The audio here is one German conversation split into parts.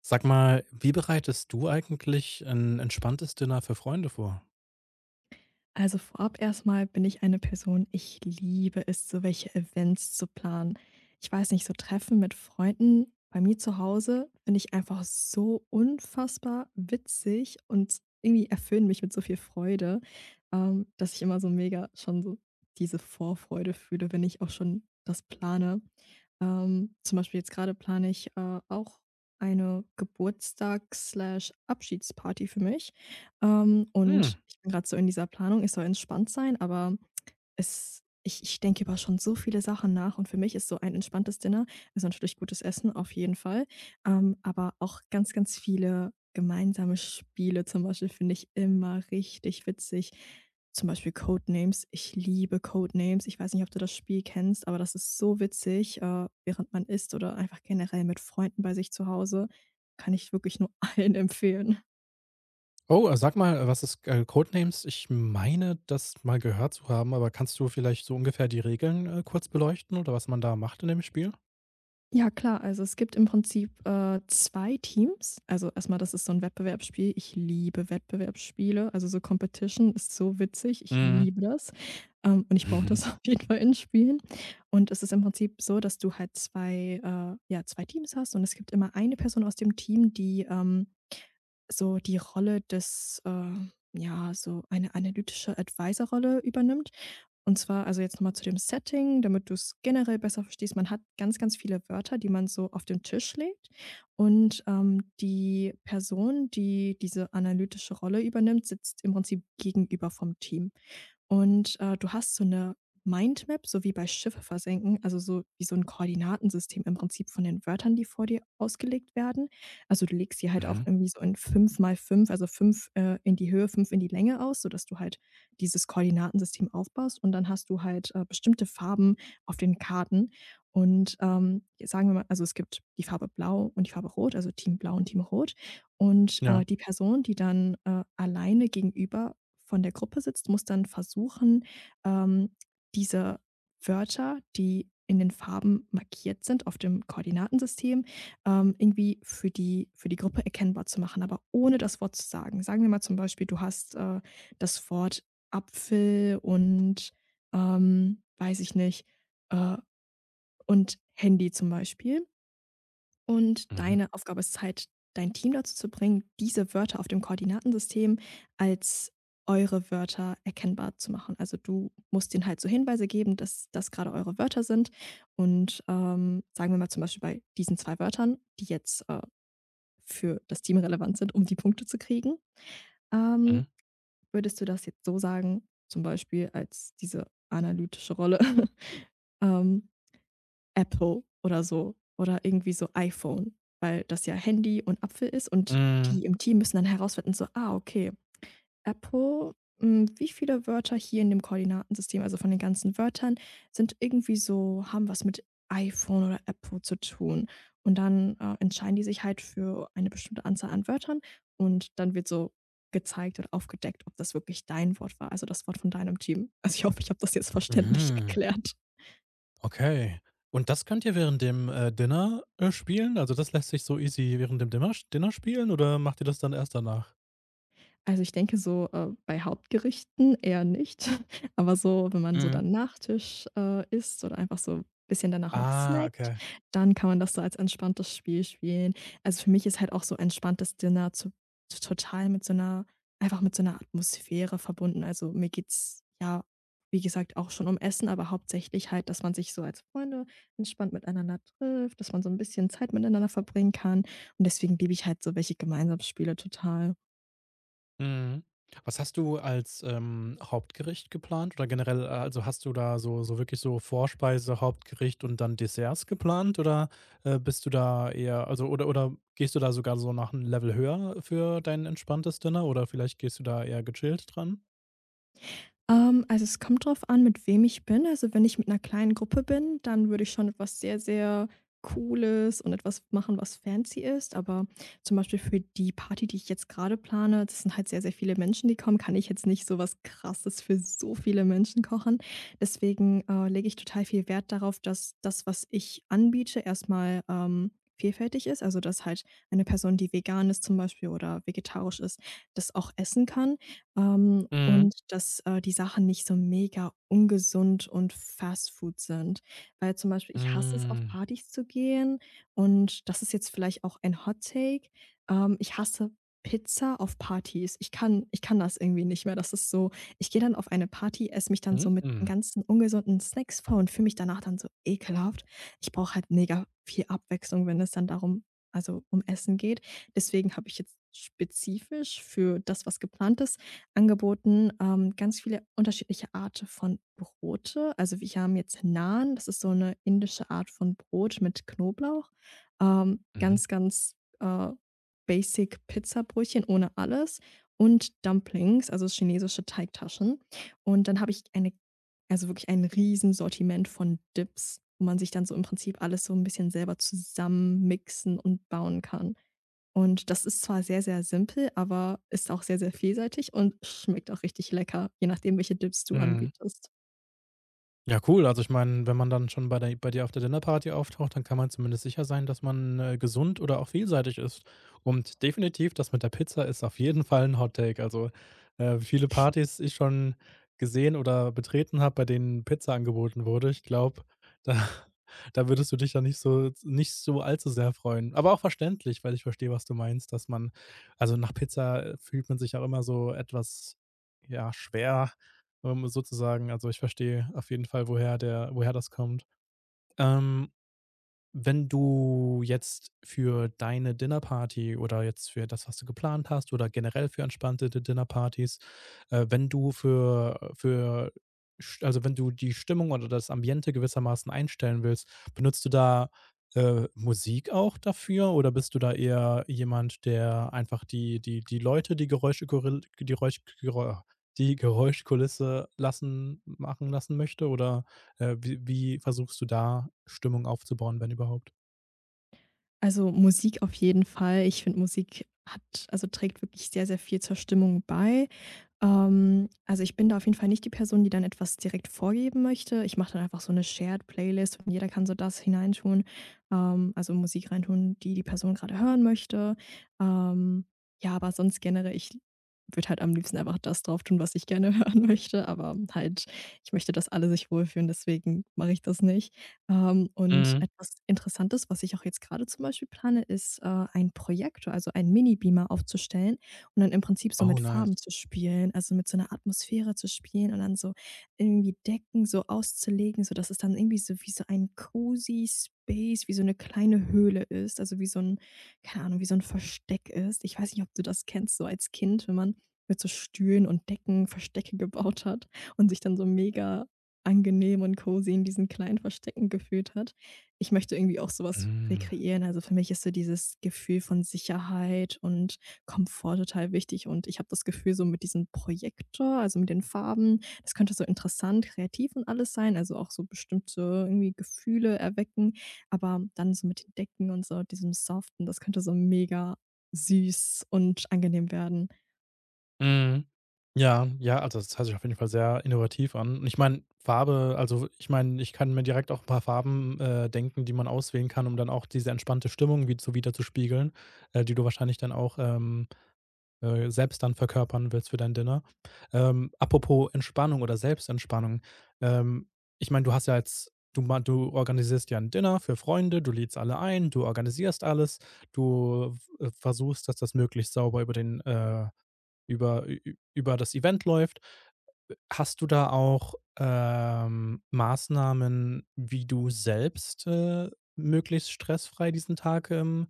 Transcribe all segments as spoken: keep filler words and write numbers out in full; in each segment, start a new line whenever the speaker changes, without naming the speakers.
Sag mal, wie bereitest du eigentlich ein entspanntes Dinner für Freunde vor?
Also vorab erstmal bin ich eine Person, ich liebe es, so welche Events zu planen. Ich weiß nicht, so Treffen mit Freunden bei mir zu Hause finde ich einfach so unfassbar witzig und irgendwie erfüllen mich mit so viel Freude, ähm, dass ich immer so mega schon so diese Vorfreude fühle, wenn ich auch schon das plane. Ähm, zum Beispiel jetzt gerade plane ich äh, auch eine Geburtstags-Abschiedsparty für mich. Ähm,
Hm.
und ich bin gerade so in dieser Planung, es soll entspannt sein, aber es ich ich denke über schon so viele Sachen nach, und für mich ist so ein entspanntes Dinner, also, natürlich gutes Essen auf jeden Fall, ähm, aber auch ganz, ganz viele gemeinsame Spiele zum Beispiel finde ich immer richtig witzig. Zum Beispiel Codenames. Ich liebe Codenames. Ich weiß nicht, ob du das Spiel kennst, aber das ist so witzig, äh, während man isst oder einfach generell mit Freunden bei sich zu Hause. Kann ich wirklich nur allen empfehlen.
Oh, äh, sag mal, äh, was ist, äh, Codenames? Ich meine, das mal gehört zu haben, aber kannst du vielleicht so ungefähr die Regeln, äh, kurz beleuchten oder was man da macht in dem Spiel?
Ja, klar. Also, es gibt im Prinzip, äh, zwei Teams. Also, erstmal, das ist so ein Wettbewerbsspiel. Ich liebe Wettbewerbsspiele. Also, so Competition ist so witzig. Ich
Mhm.
liebe das. Ähm, und ich brauche
Mhm.
das auf jeden Fall in Spielen. Und es ist im Prinzip so, dass du halt zwei, äh ja, zwei Teams hast, und es gibt immer eine Person aus dem Team, die, ähm, so die Rolle des, äh ja, so eine analytische Advisor-Rolle übernimmt. Und zwar, also jetzt nochmal zu dem Setting, damit du es generell besser verstehst: Man hat ganz, ganz viele Wörter, die man so auf den Tisch legt, und, ähm, die Person, die diese analytische Rolle übernimmt, sitzt im Prinzip gegenüber vom Team. Und, äh, du hast so eine Mindmap, so wie bei Schiffe versenken, also so wie so ein Koordinatensystem im Prinzip von den Wörtern, die vor dir ausgelegt werden. Also, du legst sie halt auch
Mhm.
irgendwie so in fünf mal fünf, also fünf äh, in die Höhe, fünf in die Länge aus, sodass du halt dieses Koordinatensystem aufbaust, und dann hast du halt, äh, bestimmte Farben auf den Karten, und, ähm, sagen wir mal, also, es gibt die Farbe Blau und die Farbe Rot, also Team Blau und Team Rot, und,
Ja.
äh, die Person, die dann, äh, alleine gegenüber von der Gruppe sitzt, muss dann versuchen, ähm, diese Wörter, die in den Farben markiert sind auf dem Koordinatensystem, ähm, irgendwie für die, für die Gruppe erkennbar zu machen, aber ohne das Wort zu sagen. Sagen wir mal zum Beispiel, du hast äh, das Wort Apfel und ähm, weiß ich nicht, äh, und Handy zum Beispiel. Und
Mhm.
deine Aufgabe ist es halt, dein Team dazu zu bringen, diese Wörter auf dem Koordinatensystem als eure Wörter erkennbar zu machen. Also du musst denen halt so Hinweise geben, dass das gerade eure Wörter sind. Und ähm, sagen wir mal zum Beispiel bei diesen zwei Wörtern, die jetzt, äh, für das Team relevant sind, um die Punkte zu kriegen, ähm,
Mhm.
würdest du das jetzt so sagen, zum Beispiel als diese analytische Rolle? ähm, Apple oder so oder irgendwie so iPhone, weil das ja Handy und Apfel ist, und
Mhm.
die im Team müssen dann herausfinden, so, ah, okay, Apple, hm, wie viele Wörter hier in dem Koordinatensystem, also von den ganzen Wörtern, sind irgendwie so, haben was mit iPhone oder Apple zu tun. Und dann, äh, entscheiden die sich halt für eine bestimmte Anzahl an Wörtern, und dann wird so gezeigt oder aufgedeckt, ob das wirklich dein Wort war, also das Wort von deinem Team. Also, ich hoffe, ich habe das jetzt verständlich
Mhm.
erklärt.
Okay. Und das könnt ihr während dem, äh, Dinner, äh, spielen? Also, das lässt sich so easy während dem Dimmer Dinner spielen oder macht ihr das dann erst danach?
Also, ich denke so, äh, bei Hauptgerichten eher nicht. Aber so, wenn man so
Mhm.
dann Nachtisch, äh, isst oder einfach so ein bisschen danach noch
Ah,
snackt,
okay.
dann kann man das so als entspanntes Spiel spielen. Also, für mich ist halt auch so entspanntes Dinner zu t total mit so einer einfach mit so einer Atmosphäre verbunden. Also, mir geht's ja, wie gesagt, auch schon um Essen, aber hauptsächlich halt, dass man sich so als Freunde entspannt miteinander trifft, dass man so ein bisschen Zeit miteinander verbringen kann. Und deswegen liebe ich halt so welche Gemeinschaftsspiele total.
Mhm. Was hast du als, ähm, Hauptgericht geplant oder generell, äh also, hast du da so so wirklich so Vorspeise, Hauptgericht und dann Desserts geplant oder, äh, bist du da eher also, oder oder gehst du da sogar so nach 'n Level höher für dein entspanntes Dinner oder vielleicht gehst du da eher gechillt dran?
Ähm, also, es kommt drauf an, mit wem ich bin. Also, wenn ich mit einer kleinen Gruppe bin, dann würde ich schon etwas sehr, sehr Cooles und etwas machen, was fancy ist. Aber zum Beispiel für die Party, die ich jetzt gerade plane, das sind halt sehr, sehr viele Menschen, die kommen, kann ich jetzt nicht so was Krasses für so viele Menschen kochen. Deswegen, äh, lege ich total viel Wert darauf, dass das, was ich anbiete, erstmal ähm, vielfältig ist. Also, dass halt eine Person, die vegan ist zum Beispiel oder vegetarisch ist, das auch essen kann. Ähm,
Mhm.
und dass, äh, die Sachen nicht so mega ungesund und Fast Food sind. Weil zum Beispiel ich hasse es, auf
Hm.
Partys zu gehen, und das ist jetzt vielleicht auch ein Hot Take. Ähm, ich hasse Pizza auf Partys. Ich kann ich kann das irgendwie nicht mehr. Das ist so, ich gehe dann auf eine Party, esse mich dann
Mhm.
so mit den
Mhm.
ganzen ungesunden Snacks voll und fühle mich danach dann so ekelhaft. Ich brauche halt mega viel Abwechslung, wenn es dann darum also, um Essen geht. Deswegen habe ich jetzt spezifisch für das, was geplant ist, angeboten, ähm, ganz viele unterschiedliche Arten von Brote. Also, wir haben jetzt Naan, das ist so eine indische Art von Brot mit Knoblauch. Ähm,
Mhm.
ganz, ganz, äh, basic Pizzabrötchen ohne alles und Dumplings, also chinesische Teigtaschen. Und dann habe ich eine also wirklich ein Riesensortiment von Dips, wo man sich dann so im Prinzip alles so ein bisschen selber zusammenmixen und bauen kann. Und das ist zwar sehr, sehr simpel, aber ist auch sehr, sehr vielseitig und schmeckt auch richtig lecker, je nachdem, welche Dips du
mhm.
anbietest.
Ja, cool. Also ich meine, wenn man dann schon bei der bei dir auf der Dinnerparty auftaucht, dann kann man zumindest sicher sein, dass man, äh, gesund oder auch vielseitig ist. Und definitiv, das mit der Pizza ist auf jeden Fall ein Hot Take. Also, äh, wie viele Partys ich schon gesehen oder betreten habe, bei denen Pizza angeboten wurde. Ich glaube, da da würdest du dich dann nicht so nicht so allzu sehr freuen. Aber auch verständlich, weil ich verstehe, was du meinst, dass man also nach Pizza, äh, fühlt man sich auch immer so etwas, ja, schwer ähm, sozusagen. Also, ich verstehe auf jeden Fall, woher der woher das kommt. Ähm, Wenn du jetzt für deine Dinnerparty oder jetzt für das, was du geplant hast oder generell für entspannte Di Dinnerpartys äh, wenn du für für sch also, wenn du die Stimmung oder das Ambiente gewissermaßen einstellen willst, benutzt du da, äh, Musik auch dafür oder bist du da eher jemand, der einfach die die die Leute, die Geräusche die Räusch Gerä die Geräuschkulisse lassen machen lassen möchte oder äh, wie wie versuchst du da Stimmung aufzubauen, wenn überhaupt?
Also, Musik auf jeden Fall. Ich finde, Musik hat also, trägt wirklich sehr, sehr viel zur Stimmung bei. Ähm, also ich bin da auf jeden Fall nicht die Person, die dann etwas direkt vorgeben möchte. Ich mache dann einfach so eine Shared Playlist, und jeder kann so das hineintun, ähm, also Musik reintun, die die Person gerade hören möchte. Ähm, ja, aber sonst generell, ich würde halt am liebsten einfach das drauf tun, was ich gerne hören möchte, aber halt ich möchte, dass alle sich wohlfühlen, deswegen mache ich das nicht. Ähm, und
Mhm.
etwas Interessantes, was ich auch jetzt gerade zum Beispiel plane, ist, äh, einen Projektor, also ein Mini-Beamer aufzustellen und dann im Prinzip so
Oh,
mit
nice.
Farben zu spielen, also mit so einer Atmosphäre zu spielen und dann so irgendwie Decken so auszulegen, sodass es dann irgendwie so wie so ein cozy Space, wie so eine kleine Höhle ist, also wie so ein keine Ahnung, wie so ein Versteck ist. Ich weiß nicht, ob du das kennst, so als Kind, wenn man mit so Stühlen und Decken Verstecke gebaut hat und sich dann so mega angenehm und cozy in diesen kleinen Verstecken gefühlt hat. Ich möchte irgendwie auch so was
Mhm.
rekreieren. Also, für mich ist so dieses Gefühl von Sicherheit und Komfort total wichtig. Und ich habe das Gefühl, so mit diesem Projektor, also mit den Farben, das könnte so interessant, kreativ und alles sein, also auch so bestimmte irgendwie Gefühle erwecken. Aber dann so mit den Decken und so diesem Soften, das könnte so mega süß und angenehm werden.
Mhm. Ja, ja, also das hört sich auf jeden Fall sehr innovativ an. Und ich meine, Farbe, also ich meine, ich kann mir direkt auch ein paar Farben, äh, denken, die man auswählen kann, um dann auch diese entspannte Stimmung wie so widerzuspiegeln, äh, die du wahrscheinlich dann auch, ähm äh, selbst dann verkörpern willst für dein Dinner. Ähm, apropos Entspannung oder Selbstentspannung. Ähm, Ich meine, du hast ja jetzt, du, ma- du organisierst ja ein Dinner für Freunde, du lädst alle ein, du organisierst alles, du äh, versuchst, dass das möglichst sauber über den äh, über, ü- über das Event läuft. Hast du da auch, ähm, Maßnahmen, wie du selbst, äh, möglichst stressfrei diesen Tag, ähm,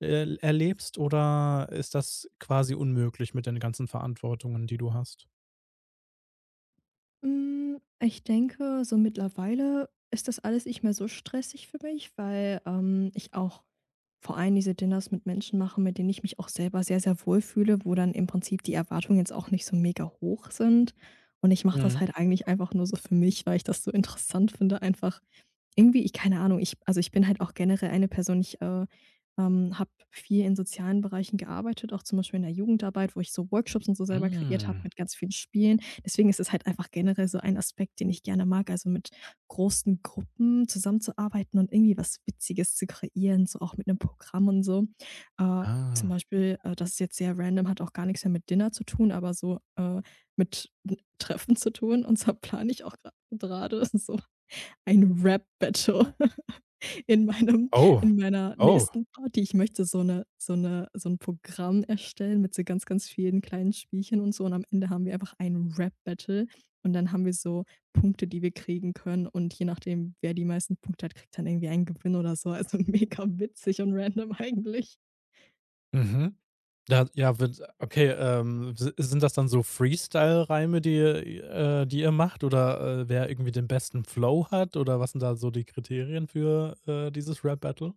äh, erlebst oder ist das quasi unmöglich mit den ganzen Verantwortungen, die du hast?
Hm, ich denke, so mittlerweile ist das alles nicht mehr so stressig für mich, weil, ähm, ich auch vor allem diese Dinners mit Menschen mache, mit denen ich mich auch selber sehr, sehr wohl fühle, wo dann im Prinzip die Erwartungen jetzt auch nicht so mega hoch sind. Und ich mache das
Mhm.
halt eigentlich einfach nur so für mich, weil ich das so interessant finde, einfach irgendwie, ich keine Ahnung, ich, also, ich bin halt auch generell eine Person, ich, äh, ähm, habe viel in sozialen Bereichen gearbeitet, auch zum Beispiel in der Jugendarbeit, wo ich so Workshops und so selber kreiert habe
Hm.
mit ganz vielen Spielen. Deswegen ist es halt einfach generell so ein Aspekt, den ich gerne mag, also, mit großen Gruppen zusammenzuarbeiten und irgendwie was Witziges zu kreieren, so auch mit einem Programm und so. Äh, zum
Ah.
Beispiel, äh, das ist jetzt sehr random, hat auch gar nichts mehr mit Dinner zu tun, aber so, äh, mit Treffen zu tun, und zwar plane ich auch gra grade so ein Rap-Battle in meinem
Oh.
in meiner
Oh.
nächsten Party. Ich möchte so eine so eine so ein Programm erstellen mit so ganz, ganz vielen kleinen Spielchen und so, und am Ende haben wir einfach ein Rap-Battle, und dann haben wir so Punkte, die wir kriegen können, und je nachdem, wer die meisten Punkte hat, kriegt dann irgendwie einen Gewinn oder so. Also mega witzig und random eigentlich.
Mhm. Da ja, wird okay, ähm, si sind das dann so Freestyle-Reime, die ihr äh, die ihr macht oder, äh, wer irgendwie den besten Flow hat oder was sind da so die Kriterien für, äh, dieses Rap-Battle?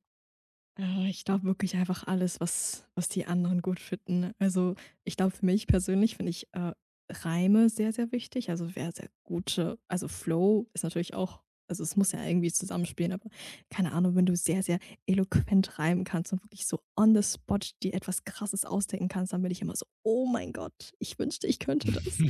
Ah, ich glaube wirklich einfach alles, was was die anderen gut finden. Also, ich glaube, für mich persönlich finde ich, äh, Reime sehr, sehr wichtig, also, sehr, sehr gute also, Flow ist natürlich auch, also, es muss ja irgendwie zusammenspielen, aber keine Ahnung, wenn du sehr, sehr eloquent reimen kannst und wirklich so on the spot dir etwas Krasses ausdenken kannst, dann bin ich immer so: „Oh mein Gott, ich wünschte, ich könnte das.“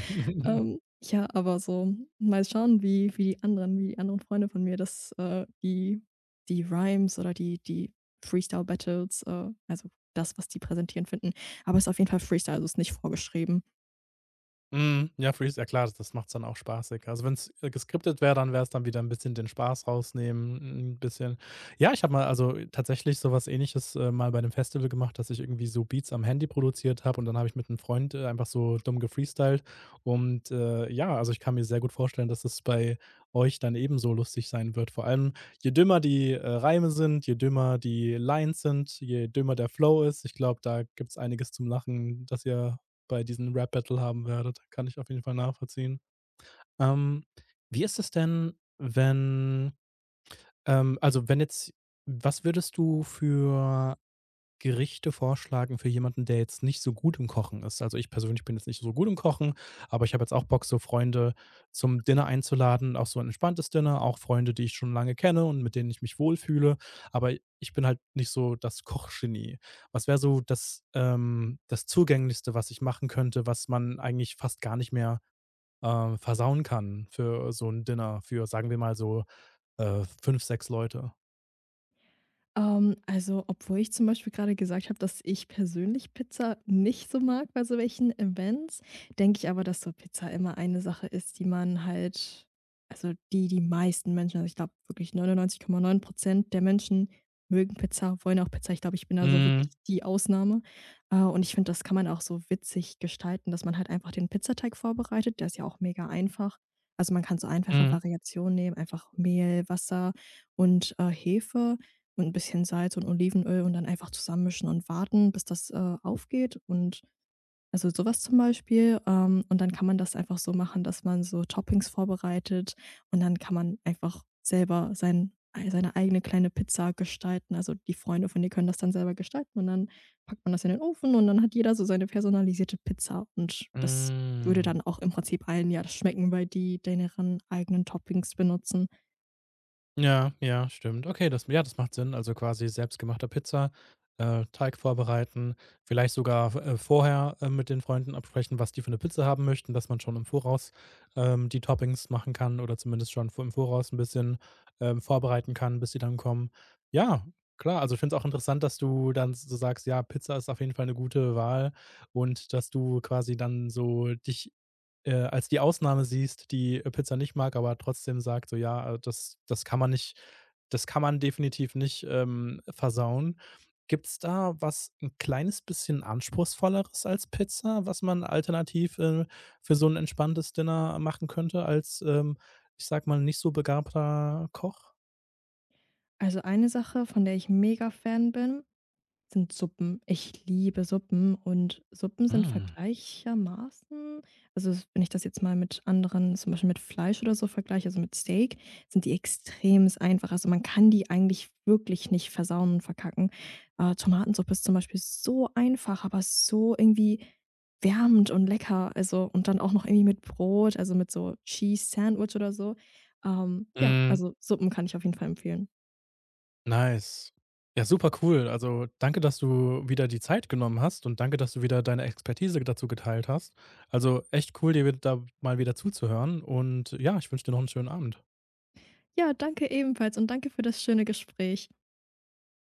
Ähm, ja, aber so mal schauen, wie wie die anderen wie die anderen Freunde von mir das, äh die die Rhymes oder die die Freestyle-Battles, äh, also das, was die präsentieren, finden. Aber es ist auf jeden Fall Freestyle, also es ist nicht vorgeschrieben.
Mhm. Ja, Freeze, ja klar, das macht's dann auch spaßig. Also, wenn es geskriptet wäre, dann wäre es dann wieder ein bisschen den Spaß rausnehmen, ein bisschen ja, ich habe mal also, tatsächlich so was Ähnliches, äh, mal bei einem Festival gemacht, dass ich irgendwie so Beats am Handy produziert habe und dann habe ich mit einem Freund, äh, einfach so dumm gefreestylt und, äh, ja, also, ich kann mir sehr gut vorstellen, dass es bei euch dann ebenso lustig sein wird. Vor allem, je dümmer die, äh, Reime sind, je dümmer die Lines sind, je dümmer der Flow ist. Ich glaube, da gibt's einiges zum Lachen, dass ihr bei diesem Rap-Battle haben werdet. Kann ich auf jeden Fall nachvollziehen. Ähm, Wie ist es denn, wenn ähm, also, wenn jetzt was würdest du für Gerichte vorschlagen für jemanden, der jetzt nicht so gut im Kochen ist? Also, ich persönlich bin jetzt nicht so gut im Kochen, aber ich habe jetzt auch Bock, so Freunde zum Dinner einzuladen, auch so ein entspanntes Dinner, auch Freunde, die ich schon lange kenne und mit denen ich mich wohlfühle, aber ich bin halt nicht so das Kochgenie. Was wäre so das, ähm das Zugänglichste, was ich machen könnte, was man eigentlich fast gar nicht mehr, äh, versauen kann für so ein Dinner für, sagen wir mal so, äh, fünf, sechs Leute?
Ähm, also, obwohl ich zum Beispiel gerade gesagt habe, dass ich persönlich Pizza nicht so mag bei so welchen Events, denke ich aber, dass so Pizza immer eine Sache ist, die man halt, also die die meisten Menschen, also ich glaube wirklich neunundneunzig Komma neun Prozent der Menschen mögen Pizza, wollen auch Pizza. Ich glaube, ich bin also wirklich
Mhm,
die Ausnahme. Äh, und ich finde, das kann man auch so witzig gestalten, dass man halt einfach den Pizzateig vorbereitet. Der ist ja auch mega einfach. Also, man kann so einfache
mhm,
Variationen nehmen, einfach Mehl, Wasser und, äh, Hefe und ein bisschen Salz und Olivenöl und dann einfach zusammenmischen und warten, bis das, äh, aufgeht, und also, sowas zum Beispiel. Ähm, und dann kann man das einfach so machen, dass man so Toppings vorbereitet, und dann kann man einfach selber sein seine eigene kleine Pizza gestalten. Also, die Freunde von dir können das dann selber gestalten, und dann packt man das in den Ofen, und dann hat jeder so seine personalisierte Pizza, und das würde
hm.
dann auch im Prinzip allen ja das schmecken, weil die deren eigenen Toppings benutzen.
Ja, ja, stimmt. Okay, das ja, das macht Sinn. Also, quasi selbstgemachter Pizza, äh, Teig vorbereiten, vielleicht sogar, äh, vorher, äh, mit den Freunden absprechen, was die für eine Pizza haben möchten, dass man schon im Voraus, ähm, die Toppings machen kann oder zumindest schon vo im Voraus ein bisschen, ähm, vorbereiten kann, bis sie dann kommen. Ja, klar, also, ich finde es auch interessant, dass du dann so sagst: „Ja, Pizza ist auf jeden Fall eine gute Wahl“ und dass du quasi dann so dich äh, als die Ausnahme siehst, die äh, Pizza nicht mag, aber trotzdem sagt, so ja, äh, das, das kann man nicht, das kann man definitiv nicht ähm, versauen. Gibt es da was ein kleines bisschen anspruchsvolleres als Pizza, was man alternativ äh, für so ein entspanntes Dinner machen könnte, als, ähm, ich sag mal, nicht so begabter Koch?
Also, eine Sache, von der ich mega Fan bin, sind Suppen. Ich liebe Suppen, und Suppen sind
Mm.
vergleichermaßen, also, s wenn ich das jetzt mal mit anderen zum Beispiel mit Fleisch oder so vergleiche, also mit Steak, sind die extrem einfach. Also, man kann die eigentlich wirklich nicht versauen und verkacken. Äh, Tomatensuppe ist zum Beispiel so einfach, aber so irgendwie wärmend und lecker, also und dann auch noch irgendwie mit Brot, also mit so Cheese Sandwich oder so. Ähm, ja,
Mm,
also Suppen kann ich auf jeden Fall empfehlen.
nice. Ja, super cool. Also, danke, dass du wieder die Zeit genommen hast und danke, dass du wieder deine Expertise dazu geteilt hast. Also, echt cool, dir wi- da mal wieder zuzuhören und ja, ich wünsche dir noch einen schönen Abend.
Ja, danke ebenfalls und danke für das schöne Gespräch.